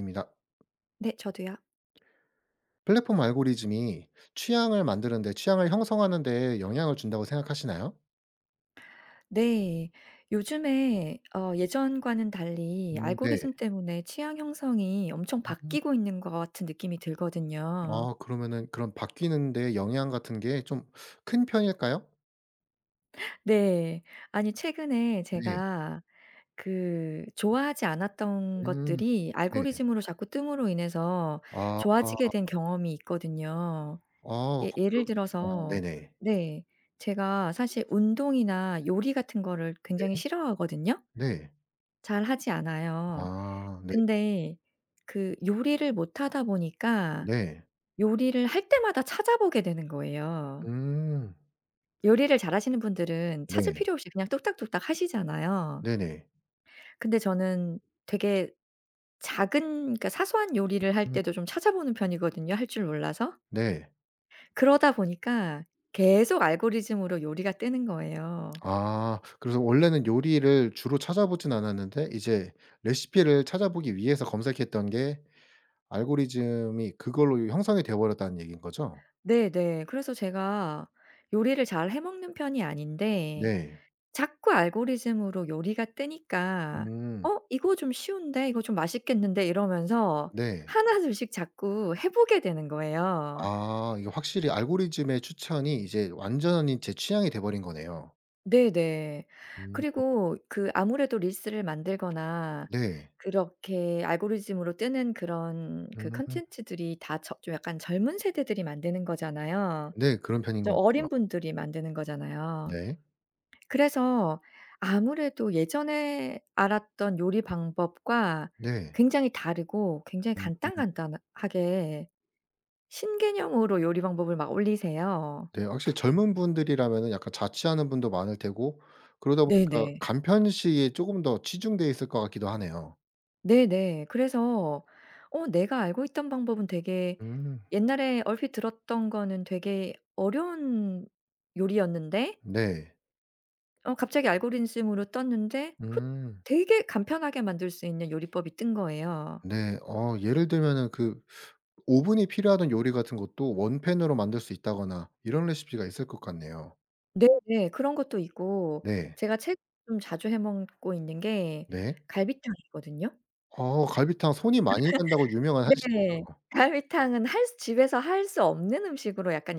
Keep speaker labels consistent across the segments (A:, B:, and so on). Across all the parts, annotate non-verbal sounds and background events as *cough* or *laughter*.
A: 입니다.
B: 네. 저도요.
A: 플랫폼 알고리즘이 취향을 만드는데 취향을 형성하는 데 영향을 준다고 생각하시나요?
B: 네. 요즘에 예전과는 달리
A: 네.
B: 알고리즘 때문에 취향 형성이 엄청
A: 음.
B: 바뀌고 있는 것 같은 느낌이 들거든요.
A: 아 그러면은 그런 바뀌는데 영향 같은 게 좀 큰 편일까요?
B: 네. 아니 최근에
A: 네.
B: 제가 그 좋아하지 않았던
A: 음.
B: 것들이
A: 네.
B: 알고리즘으로 자꾸 뜸으로 인해서
A: 아.
B: 좋아지게 된 경험이 있거든요.
A: 아
B: 예 예를
A: 그러시구나.
B: 들어서
A: 네네.
B: 네. 제가 사실 운동이나 요리 같은 거를 굉장히
A: 네.
B: 싫어하거든요.
A: 네.
B: 잘하지 않아요.
A: 아 네.
B: 근데 그 요리를 못하다 보니까
A: 네.
B: 요리를 할 때마다 찾아보게 되는 거예요.
A: 음.
B: 요리를 잘하시는 분들은 찾을
A: 네.
B: 필요 없이 그냥 뚝딱뚝딱 하시잖아요.
A: 네네.
B: 근데 저는 되게 작은 그러니까 사소한 요리를 할
A: 음
B: 때도 좀 찾아보는 편이거든요, 할 줄 몰라서.
A: 네.
B: 그러다 보니까 계속 알고리즘으로 요리가 뜨는 거예요.
A: 아 그래서 원래는 요리를 주로 찾아보진 않았는데 이제 레시피를 찾아보기 위해서 검색했던 게 알고리즘이 그걸로 형성이 되어 버렸다는 얘기인 거죠?
B: 네네. 그래서 제가 요리를 잘 해 먹는 편이 아닌데
A: 네.
B: 자꾸 알고리즘으로 요리가 뜨니까
A: 음.
B: '어 이거 좀 쉬운데. 이거 좀 맛있겠는데.' 이러면서
A: 네.
B: 하나둘씩 자꾸 해 보게 되는 거예요.
A: 아 이게 확실히 알고리즘의 추천이 이제 완전히 제 취향이 돼 버린 거네요.
B: 네네.
A: 음.
B: 그리고 그 아무래도 릴스를 만들거나
A: 네.
B: 그렇게 알고리즘으로 뜨는 그런 그
A: 음.
B: 콘텐츠들이 다 저 좀 약간 젊은 세대들이 만드는 거잖아요.
A: 네 그런 편인 것
B: 좀 어린
A: 같아요.
B: 분들이 만드는 거잖아요.
A: 네.
B: 그래서 아무래도 예전에 알았던 요리 방법과
A: 네.
B: 굉장히 다르고 굉장히
A: 음.
B: 간단간단하게 신개념으로 요리 방법을 막 올리세요.
A: 네 확실히 젊은 분들이라면은 약간 자취하는 분도 많을 테고 그러다 보니까
B: 네네.
A: 간편식에 쪼금 더 치중돼 있을 것 같기도 하네요.
B: 네네. 그래서 내가 알고 있던 방법은 되게
A: 음.
B: 옛날에 얼핏 들었던 거는 되게 어려운 요리였는데
A: 네.
B: 갑자기 알고리즘으로 떴는데 훗
A: 음.
B: 되게 간편하게 만들 수 있는 요리법이 뜬 거예요.
A: 네. 어 예를 들면은 그 오븐이 필요하던 요리 같은 것도 원팬으로 만들 수 있다거나 이런 레시피가 있을 것 같네요.
B: 네네. 그런 것도 있고
A: 네.
B: 제가 최근 좀 자주 해 먹고 있는 게
A: 네.
B: 갈비탕이거든요.
A: 어 갈비탕 손이 많이 간다고 유명한
B: 네.
A: 한식이죠.
B: 갈비탕은 할 수 집에서 할 수 없는 음식으로 약간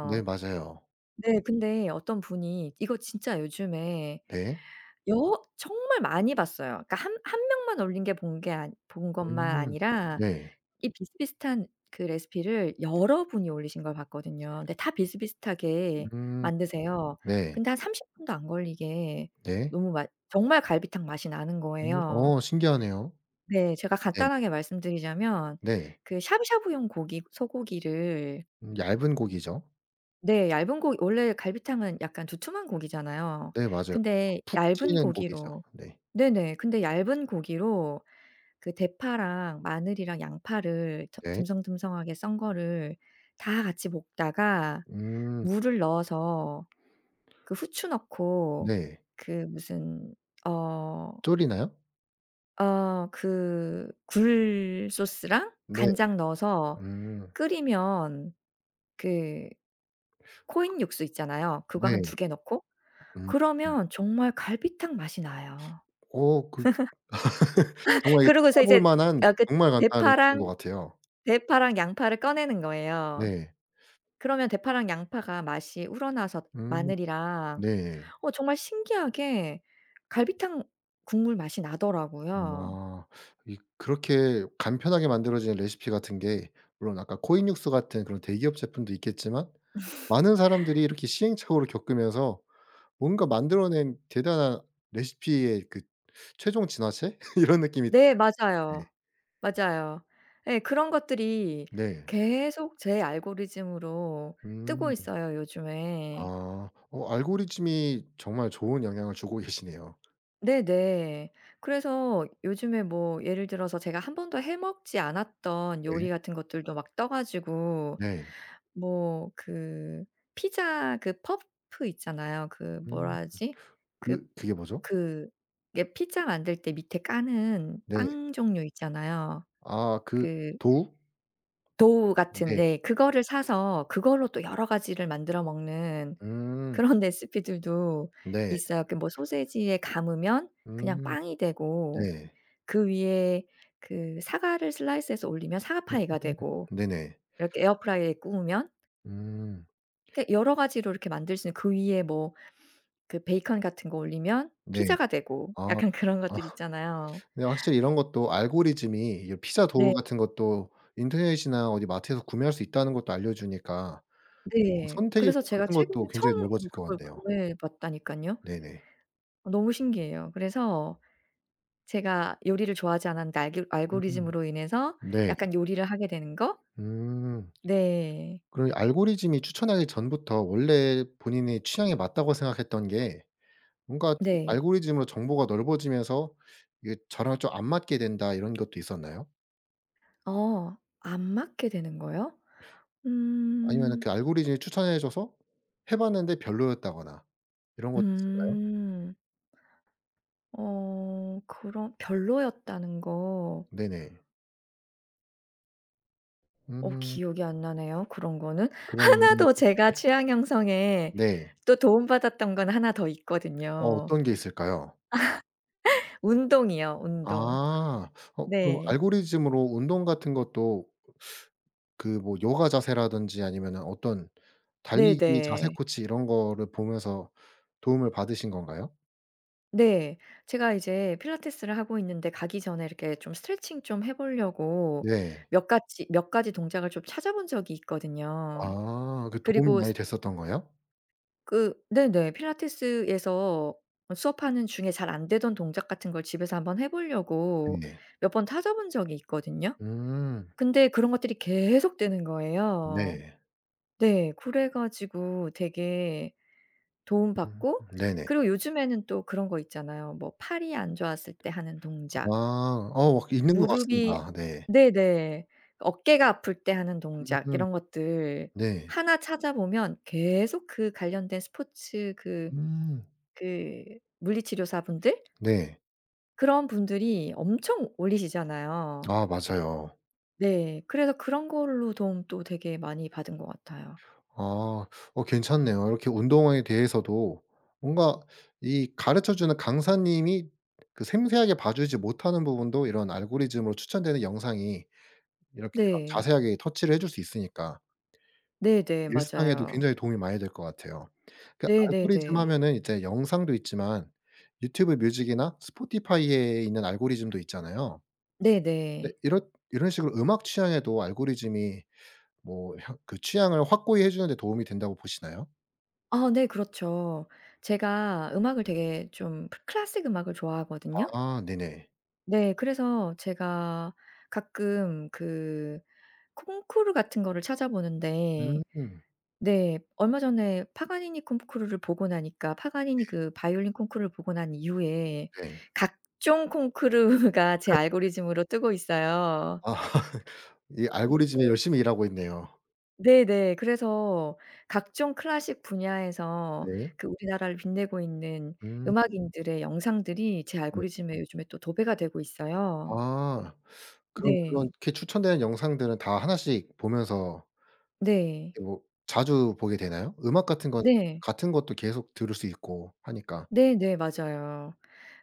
A: 네 맞아요.
B: 네. 근데 어떤 분이 "이거 진짜 요즘에
A: 네.
B: 여 정말 많이 봤어요. 그러니까 한 한 명만 올린 게 본 게 아니 본 것만
A: 음.
B: 아니라
A: 네.
B: 이 비슷비슷한 그 레시피를 여러 분이 올리신 걸 봤거든요. 근데 다 비슷비슷하게
A: 음.
B: 만드세요.
A: 네.
B: 근데 한 30 분도 안 걸리게
A: 네.
B: 너무 맛 정말 갈비탕 맛이 나는 거예요.
A: 어 신기하네요.
B: 네. 제가
A: 네네.
B: 간단하게 말씀드리자면
A: 네.
B: 그 샤브샤브용 고기 소고기를
A: 얇은 고기죠.
B: 네 얇은 고기 원래 갈비탕은 약간 두툼한 고기잖아요.
A: 네 맞아요. 그래서
B: 근데
A: 푹
B: 얇은
A: 찌는 고기죠.
B: 고기로
A: 네.
B: 네네. 근데 얇은 고기로 그 대파랑 마늘이랑 양파를 저
A: 네.
B: 듬성듬성하게 썬 거를 다 같이 볶다가
A: 음
B: 물을 넣어서 그 후추 넣고
A: 네.
B: 그 무슨 어
A: 졸이나요?
B: 어 그 굴 소스랑
A: 네.
B: 간장 넣어서
A: 음.
B: 끓이면 그 코인 육수 있잖아요. 그거 한
A: 네.
B: 두 개 넣고
A: 음.
B: 그러면 정말 갈비탕 맛이 나요.
A: 어그
B: *laughs*
A: 정말 이게
B: 그러고서
A: 찾아볼
B: 이제
A: 만한
B: 그
A: 정말 간단한 레시피인 것
B: 대파랑
A: 같아요.
B: 대파랑 양파를 꺼내는 거예요.
A: 네.
B: 그러면 대파랑 양파가 맛이 우러나서
A: 음.
B: 마늘이랑
A: 네.
B: 정말 신기하게 갈비탕 국물 맛이 나더라고요.
A: 아. 이 그렇게 간편하게 만들어지는 레시피 같은 게 물론 아까 코인 육수 같은 그런 대기업 제품도 있겠지만 많은 사람들이 이렇게 시행착오를 겪으면서 뭔가 만들어낸 대단한 레시피의 그 최종 진화체 *laughs* 이런 느낌이
B: 네
A: 드네요.
B: 맞아요. 맞아요. 예 그런 것들이
A: 네.
B: 계속 제 알고리즘으로 뜨고
A: 음.
B: 있어요 요즘에.
A: 아. 어 알고리즘이 정말 좋은 영향을 주고 계시네요.
B: 네네. 그래서 요즘에 뭐 예를 들어서 제가 한 번도 해 먹지 않았던 요리
A: 네.
B: 같은 것들도 막 떠 가지고
A: 네.
B: 뭐 그 피자 그 퍼프 있잖아요. 그 뭐라
A: 음.
B: 하지? 그
A: 그 그게 뭐죠?
B: 그 이게 피자 만들 때 밑에 까는
A: 네.
B: 빵 종류 있잖아요.
A: 아 그
B: 그
A: 도우?
B: 도우 같은
A: 네.
B: 네 그거를 사서 그걸로 또 여러 가지를 만들어 먹는
A: 음.
B: 그런 *laughs* 레시피들도
A: 네.
B: 있어요. 그 뭐 소시지에 감으면 그냥
A: 음.
B: 빵이 되고
A: 네.
B: 그 위에 그 사과를 슬라이스해서 올리면 사과
A: 음.
B: 파이가 되고
A: 네네.
B: 이렇게 에어프라이어에 구우면
A: 음.
B: 그러니까 여러 가지로 이렇게 만들 수 있는 그 위에 뭐 그 베이컨 같은 거 올리면
A: 네.
B: 피자가 되고 *laughs*
A: 아.
B: 약간 그런
A: 아
B: 것들 있잖아요.
A: 근데 확실히 이런 것도 알고리즘이 이런 피자 도우
B: 네.
A: 같은 것도 인터넷이나 어디 마트에서 구매할 수 있다는 것도 알려 주니까 그
B: 네.
A: 선택의
B: 그래서
A: 폭
B: 제가
A: 같은 것도
B: 최근에
A: 굉장히
B: 처음으로
A: 넓어질 것
B: 그걸
A: 같네요.
B: 구해 봤다니깐요.
A: 네네.
B: 너무 신기해요. 그래서 제가 요리를 좋아하지 않았는데 알기
A: 음.
B: 알고리즘으로 인해서
A: 네.
B: 약간 요리를 하게 되는 거
A: 음.
B: 네.
A: 그럼 알고리즘이 추천하기 전부터 원래 본인의 취향에 맞다고 생각했던 게 뭔가 좀
B: 네.
A: 알고리즘으로 정보가 넓어지면서 이게 '저랑 좀 안 맞게 된다.' 이런 것도 있었나요?
B: 안 맞게 되는 거요?
A: 아니면은
B: 음.
A: 그 알고리즘이 추천해 줘서 해 봤는데 별로였다거나 이런 것도 있을까요?
B: 음. 그럼 별로였다는 거
A: 네네. 음
B: 기억이 안 나네요 그런 거는. *laughs* 하
A: 그럼
B: 나 더 제가 취향 형성에
A: 네.
B: 또 도움받았던 건 하나 더
A: 어
B: 있거든요.
A: 어떤 게 있을까요?
B: 운동이요, 운동.
A: 아. 어 그럼
B: 네.
A: 알고리즘으로 운동 같은 것도 그 뭐 요가 자세라든지 아니면은 어떤 달리기 자세
B: 네네.
A: 코치 이런 거를 보면서 도움을 받으신 건가요?
B: 네. 제가 이제 필라테스를 하고 있는데 가기 전에 이렇게 좀 스트레칭 좀 해 보려고
A: 네.
B: 몇 가지 동작을 좀 찾아본 적이 있거든요.
A: 아 그 도움이
B: 그리고
A: 많이
B: 스
A: 됐었던 거예요?
B: 그 네네. 필라테스에서 수업하는 중에 잘 안 되던 동작 같은 걸 집에서 한번 해 보려고
A: 네.
B: 몇 번 찾아본 적이 있거든요.
A: 음.
B: 근데 그런 것들이 계속 뜨는 거예요.
A: 네.
B: 네. 그래 가지고 되게
A: 음
B: 도움받고
A: 네네.
B: 그리고 요즘에는 또 그런 거 있잖아요. 뭐 팔이 안 좋았을 때 하는
A: 아.
B: 동작
A: 어 막 있는 것
B: 무릎이
A: 같습니다. 네.
B: 네네. 어깨가 아플 때 하는 동작
A: 음.
B: 이런 것들
A: 네.
B: 하나 찾아보면 계속 그 관련된 스포츠 그
A: 음.
B: 그 물리치료사분들
A: 네.
B: 그런 분들이 엄청 올리시잖아요.
A: 아 맞아요.
B: 네. 그래서 그런 걸로 도움 또 되게 많이 받은 것 같아요.
A: 아. 어 괜찮네요. 이렇게 운동에 대해서도 뭔가 이 가르쳐 주는 강사님이 그 생생하게 봐 주지 못하는 부분도 이런 알고리즘으로 추천되는 영상이 이렇게 막
B: 네.
A: 자세하게 터치를 해줄 수 있으니까
B: 네네.
A: 일상에도
B: 맞아요.
A: 굉장히 도움이 많이 될 것 같아요. 그
B: 네네네.
A: 알고리즘 하면은 이제 영상도 있지만 유튜브 뮤직이나 스포티파이에 있는 알고리즘도 있잖아요.
B: 네네.
A: 근데 이런 이런 식으로 음악 취향에도 알고리즘이 뭐 향 그 취향을 확고히 해 주는 데 도움이 된다고 보시나요?
B: 아 네 그렇죠. 제가 음악을 되게 좀 클래식 음악을 좋아하거든요.
A: 아 네네.
B: 네. 그래서 제가 가끔 그 콩쿠르 같은 거를 찾아보는데
A: 음
B: 네 얼마 전에 파가니니 콩쿠르를 보고 나니까 파가니니 그 바이올린 콩쿠르를 보고 난 이후에
A: 네.
B: 각종 콩쿠르가 *laughs* 제 알고리즘으로 뜨고 있어요.
A: 아 *laughs* 이 알고리즘이 열심히 일하고 있네요.
B: 네네. 그래서 각종 클래식 분야에서
A: 네.
B: 그 우리나라를 빛내고 있는
A: 음
B: 음악인들의 영상들이 제
A: 네.
B: 알고리즘에 요즘에 또 도배가 되고 있어요.
A: 아 그럼
B: 네.
A: 그렇게 추천되는 영상들은 다 하나씩 보면서
B: 네.
A: 이게 뭐 자주 보게 되나요? 음악 같은 건
B: 네.
A: 같은 것도 계속 들을 수 있고 하니까.
B: 네네. 맞아요.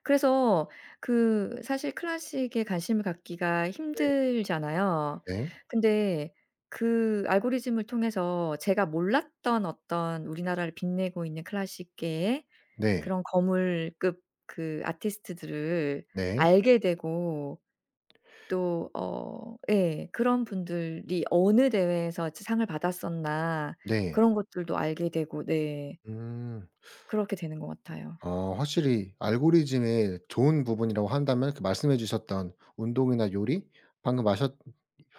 B: 그래서 그 사실 클래식에 관심을 갖기가
A: 네.
B: 힘들잖아요.
A: 네.
B: 근데 그 알고리즘을 통해서 제가 몰랐던 어떤 우리나라를 빛내고 있는 클래식계의
A: 네.
B: 그런 거물급 그 아티스트들을
A: 네.
B: 알게 되고 또 예 그런 분들이 어느 대회에서 즈 상을 받았었나
A: 네.
B: 그런 것들도 알게 되고 네
A: 음.
B: 그렇게 되는 것 같아요.
A: 어 확실히 알고리즘의 좋은 부분이라고 한다면 그 말씀해 주셨던 운동이나 요리, 방금 하셨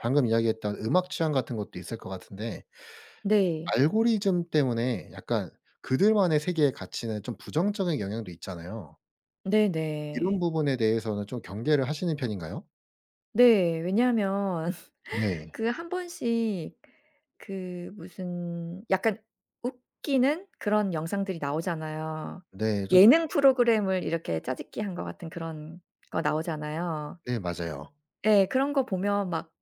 A: 방금 이야기했던 음악 취향 같은 것도 있을 것 같은데
B: 네.
A: 알고리즘 때문에 약간 그들만의 세계에 갇히는 좀 부정적인 영향도 있잖아요.
B: 네네.
A: 이런 부분에 대해서는 좀 경계를 하시는 편인가요?
B: 네. 왜냐하면 *laughs*
A: 네.
B: 그 한 번씩 그 무슨 약간 웃기는 그런 영상들이 나오잖아요.
A: 네. 좀
B: 예능 프로그램을 이렇게 짜집기 한 것 같은 그런 거 나오잖아요.
A: 네 맞아요.
B: 예. 그런 거 보면 막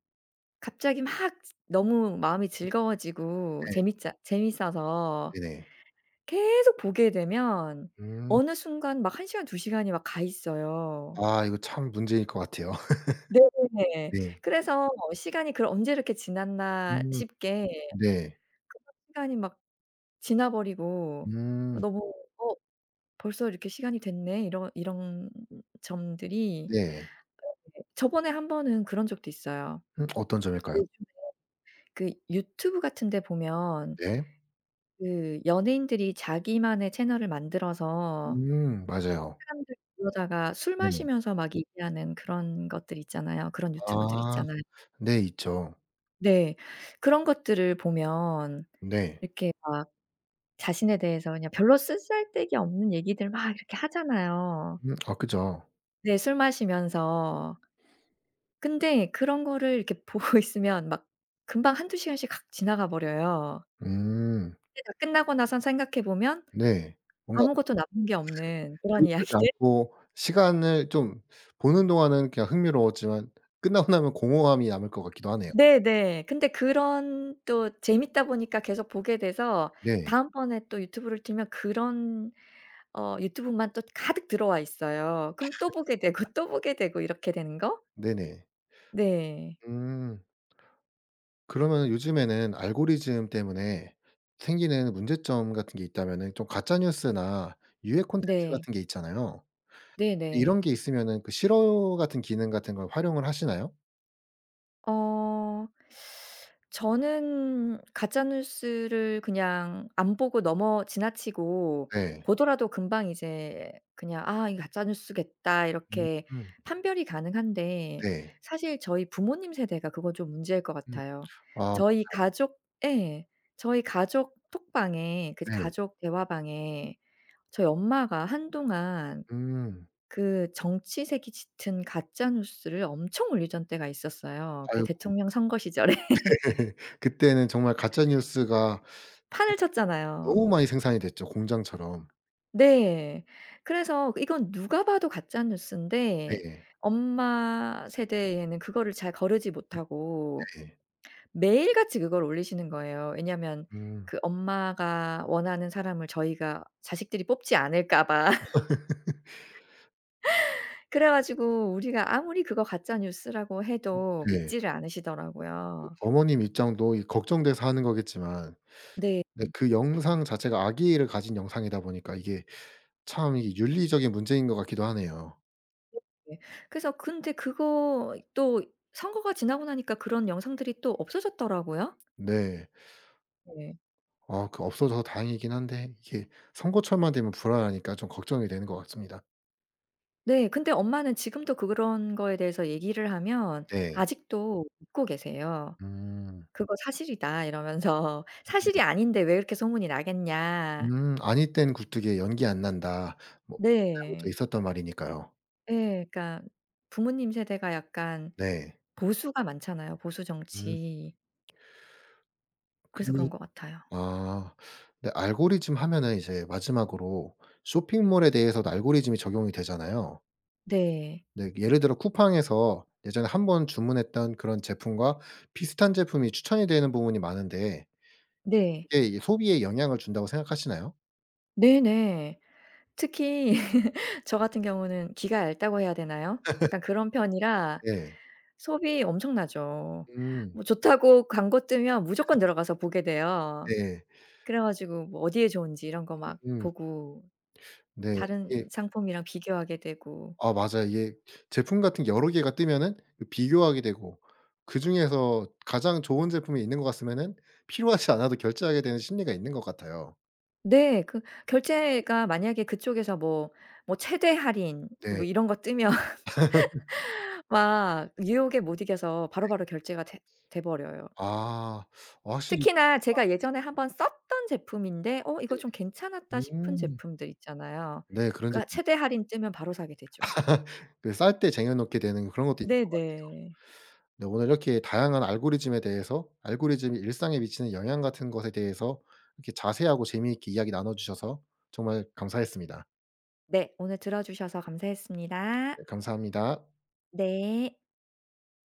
B: 갑자기 막 너무 마음이 즐거워지고 재밌자 재밌어서
A: 네네.
B: 계속 보게 되면
A: 음.
B: 어느 순간 막 한 시간 두 시간이 막 가 있어요.
A: 아 이거 참 문제일 것 같아요. *laughs*
B: 네네.
A: 네.
B: 그래서 시간이 그 '언제 이렇게 지났나.'
A: 음
B: 싶게
A: 네.
B: 그냥 시간이 막 지나 버리고 아
A: 음
B: 너무 '어 벌써 이렇게 시간이 됐네.' 이런 점들이
A: 네.
B: 네. 저번에 한 번은 그런 적도 있어요.
A: 어떤 점일까요?
B: 요즘 그 유튜브 같은 데 보면
A: 네.
B: 그 연예인들이 자기만의 채널을 만들어서
A: 맞아요.
B: 사람들 불러다가 술
A: 네네.
B: 마시면서 막 얘기하는 그런 것들 있잖아요. 그런 유튜브들
A: 아
B: 있잖아요.
A: 네 있죠.
B: 네. 그런 것들을 보면
A: 네.
B: 이렇게 막 자신에 대해서 그냥 별로 쓰 쓸데기 없는 얘기들 막 이렇게 하잖아요.
A: 아 그죠.
B: 네 술 마시면서. 근데 그런 거를 이렇게 *laughs* 보고 있으면 막 금방 한두 시간씩 각 지나가 버려요.
A: 음
B: 근데 다 끝나고 나선 생각해 보면
A: 네. 뭔가
B: 아무것도 남은 게 없는 그런
A: 계획하지
B: 이야기들? *laughs*
A: 않고 시간을 좀 보는 동안은 그냥 흥미로웠지만 끝나고 나면 공허함이 남을 것 같기도 하네요.
B: 네네. 근데 그런 또 재밌다 보니까 계속 보게 돼서
A: 네.
B: 다음번에 또 유튜브를 틀면 그런 유튜브만 또 가득 들어와 있어요. 그럼 또 보게 되고 또 보게 되고 이렇게 되는 거?
A: 네네.
B: 네.
A: 음. 그러면 요즘에는 알고리즘 때문에 생기는 문제점 같은 게 있다면은 좀 가짜 뉴스나 유해 콘텐츠
B: 네.
A: 같은 게 있잖아요.
B: 네네.
A: 이런 게 있으면은 그 싫어 같은 기능 같은 걸 활용을 하시나요?
B: 어 저는 가짜 뉴스를 그냥 안 보고 넘어 지나치고
A: 네.
B: 보더라도 금방 이제 그냥 '아 이거 가짜 뉴스겠다.' 이렇게
A: 음.
B: 판별이 가능한데
A: 네.
B: 사실 저희 부모님 세대가 그건 좀 문제일 것
A: 음.
B: 같아요.
A: 아
B: 저희 가족 예. 저희 가족 톡방에 그
A: 네.
B: 가족 대화방에 저희 엄마가 한동안
A: 음.
B: 그 정치색이 짙은 가짜 뉴스를 엄청 올리던 때가 있었어요. 그
A: 아이고.
B: 대통령 선거 시절에
A: *laughs*
B: *laughs*
A: 네. 그때는 정말 가짜 뉴스가
B: 판을 쳤잖아요.
A: 너무 많이 생산이 됐죠 공장처럼.
B: 네. 그래서 이건 누가 봐도 가짜 뉴스인데
A: 네.
B: 엄마 세대에는 그거를 잘 거르지 못하고
A: 네.
B: 매일같이 그걸 올리시는 거예요. 왜냐면 하
A: 음.
B: 그 엄마가 원하는 사람을 저희가 자식들이 뽑지 않을까 봐. *laughs* 그래 가지고 우리가 아무리 그거 가짜 뉴스라고 해도
A: 네.
B: 믿지를 않으시더라고요.
A: 어머님 입장도 이 걱정돼서 하는 거겠지만
B: 네.
A: 근데 그 영상 자체가 악의를 가진 영상이다 보니까 이게 참 이게 윤리적인 문제인 것 같기도 하네요.
B: 네. 그래서 근데 그거 또 선거가 지나고 나니까 그런 영상들이 또 없어졌더라고요.
A: 네.
B: 네.
A: 아 그 없어져서 다행이긴 한데 이게 선거철만 되면 불안하니까 좀 걱정이 되는 것 같습니다.
B: 네. 근데 엄마는 지금도 그런 거에 대해서 얘기를 하면
A: 네.
B: 아직도 믿고 계세요.
A: 음.
B: '그거 사실이다.' 이러면서 *laughs* '사실이 아닌데 왜 이렇게 소문이 나겠냐.'
A: 음. "아니 땐 굴뚝에 연기 안 난다." 뭐 옛날부터
B: 네.
A: 있었던 말이니까요.
B: 예. 그러니까 부모님 세대가 약간
A: 네.
B: 보수가 많잖아요, 보수
A: 음
B: 정치.
A: 그
B: 그래서 그런 것 같아요.
A: 아. 근데 알고리즘 하면은 이제 마지막으로 쇼핑몰에 대해서도 알고리즘이 적용이 되잖아요.
B: 네.
A: 네. 예를 들어 쿠팡에서 예전에 한번 주문했던 그런 제품과 비슷한 제품이 추천이 되는 부분이 많은데
B: 네.
A: 이게 이 소비에 영향을 준다고 생각하시나요?
B: 네네. 특히 *laughs* 저 같은 경우는 귀가 얇다고 해야 되나요? 약간 그런 편이라
A: 네.
B: 소비 엄청나죠.
A: 음.
B: 뭐 좋다고 광고 뜨면 무조건 들어가서 보게 돼요.
A: 네.
B: 그래 가지고 뭐 어디에 좋은지 이런 거 막
A: 음.
B: 보고
A: 네.
B: 다른
A: 이게
B: 상품이랑 비교하게 되고
A: 아 맞아요. 이게 제품 같은 게 여러 개가 뜨면은 그 비교하게 되고 그중에서 가장 좋은 제품이 있는 것 같으면은 필요하지 않아도 결제하게 되는 심리가 있는 것 같아요.
B: 네. 그 결제가 만약에 그쪽에서 뭐 최대 할인 뭐
A: 네.
B: 이런 거 뜨면 *laughs* 막 유혹에 못 이겨서 바로바로 결제가 돼 버려요.
A: 아. 아, 확실히
B: 특히나
A: 쿠팡
B: 제가 예전에 한번 썼던 제품인데 '어 이거
A: 네.
B: 좀 괜찮았다.' 싶은
A: 음.
B: 제품들 있잖아요.
A: 네. 그런
B: 그러니까
A: 제품이
B: 최대 할인 뜨면 바로 사게 되죠.
A: *laughs* 그 쌀 때 쟁여놓게 되는 그런 것도 있는 것 같아요.
B: 네네.
A: 네 오늘 이렇게 다양한 알고리즘에 대해서 알고리즘이 일상에 미치는 영향 같은 것에 대해서 이렇게 자세하고 재미있게 이야기 나눠 주셔서 정말 감사했습니다.
B: 네. 오늘 들어 주셔서 감사했습니다.
A: 네 감사합니다.
B: 네.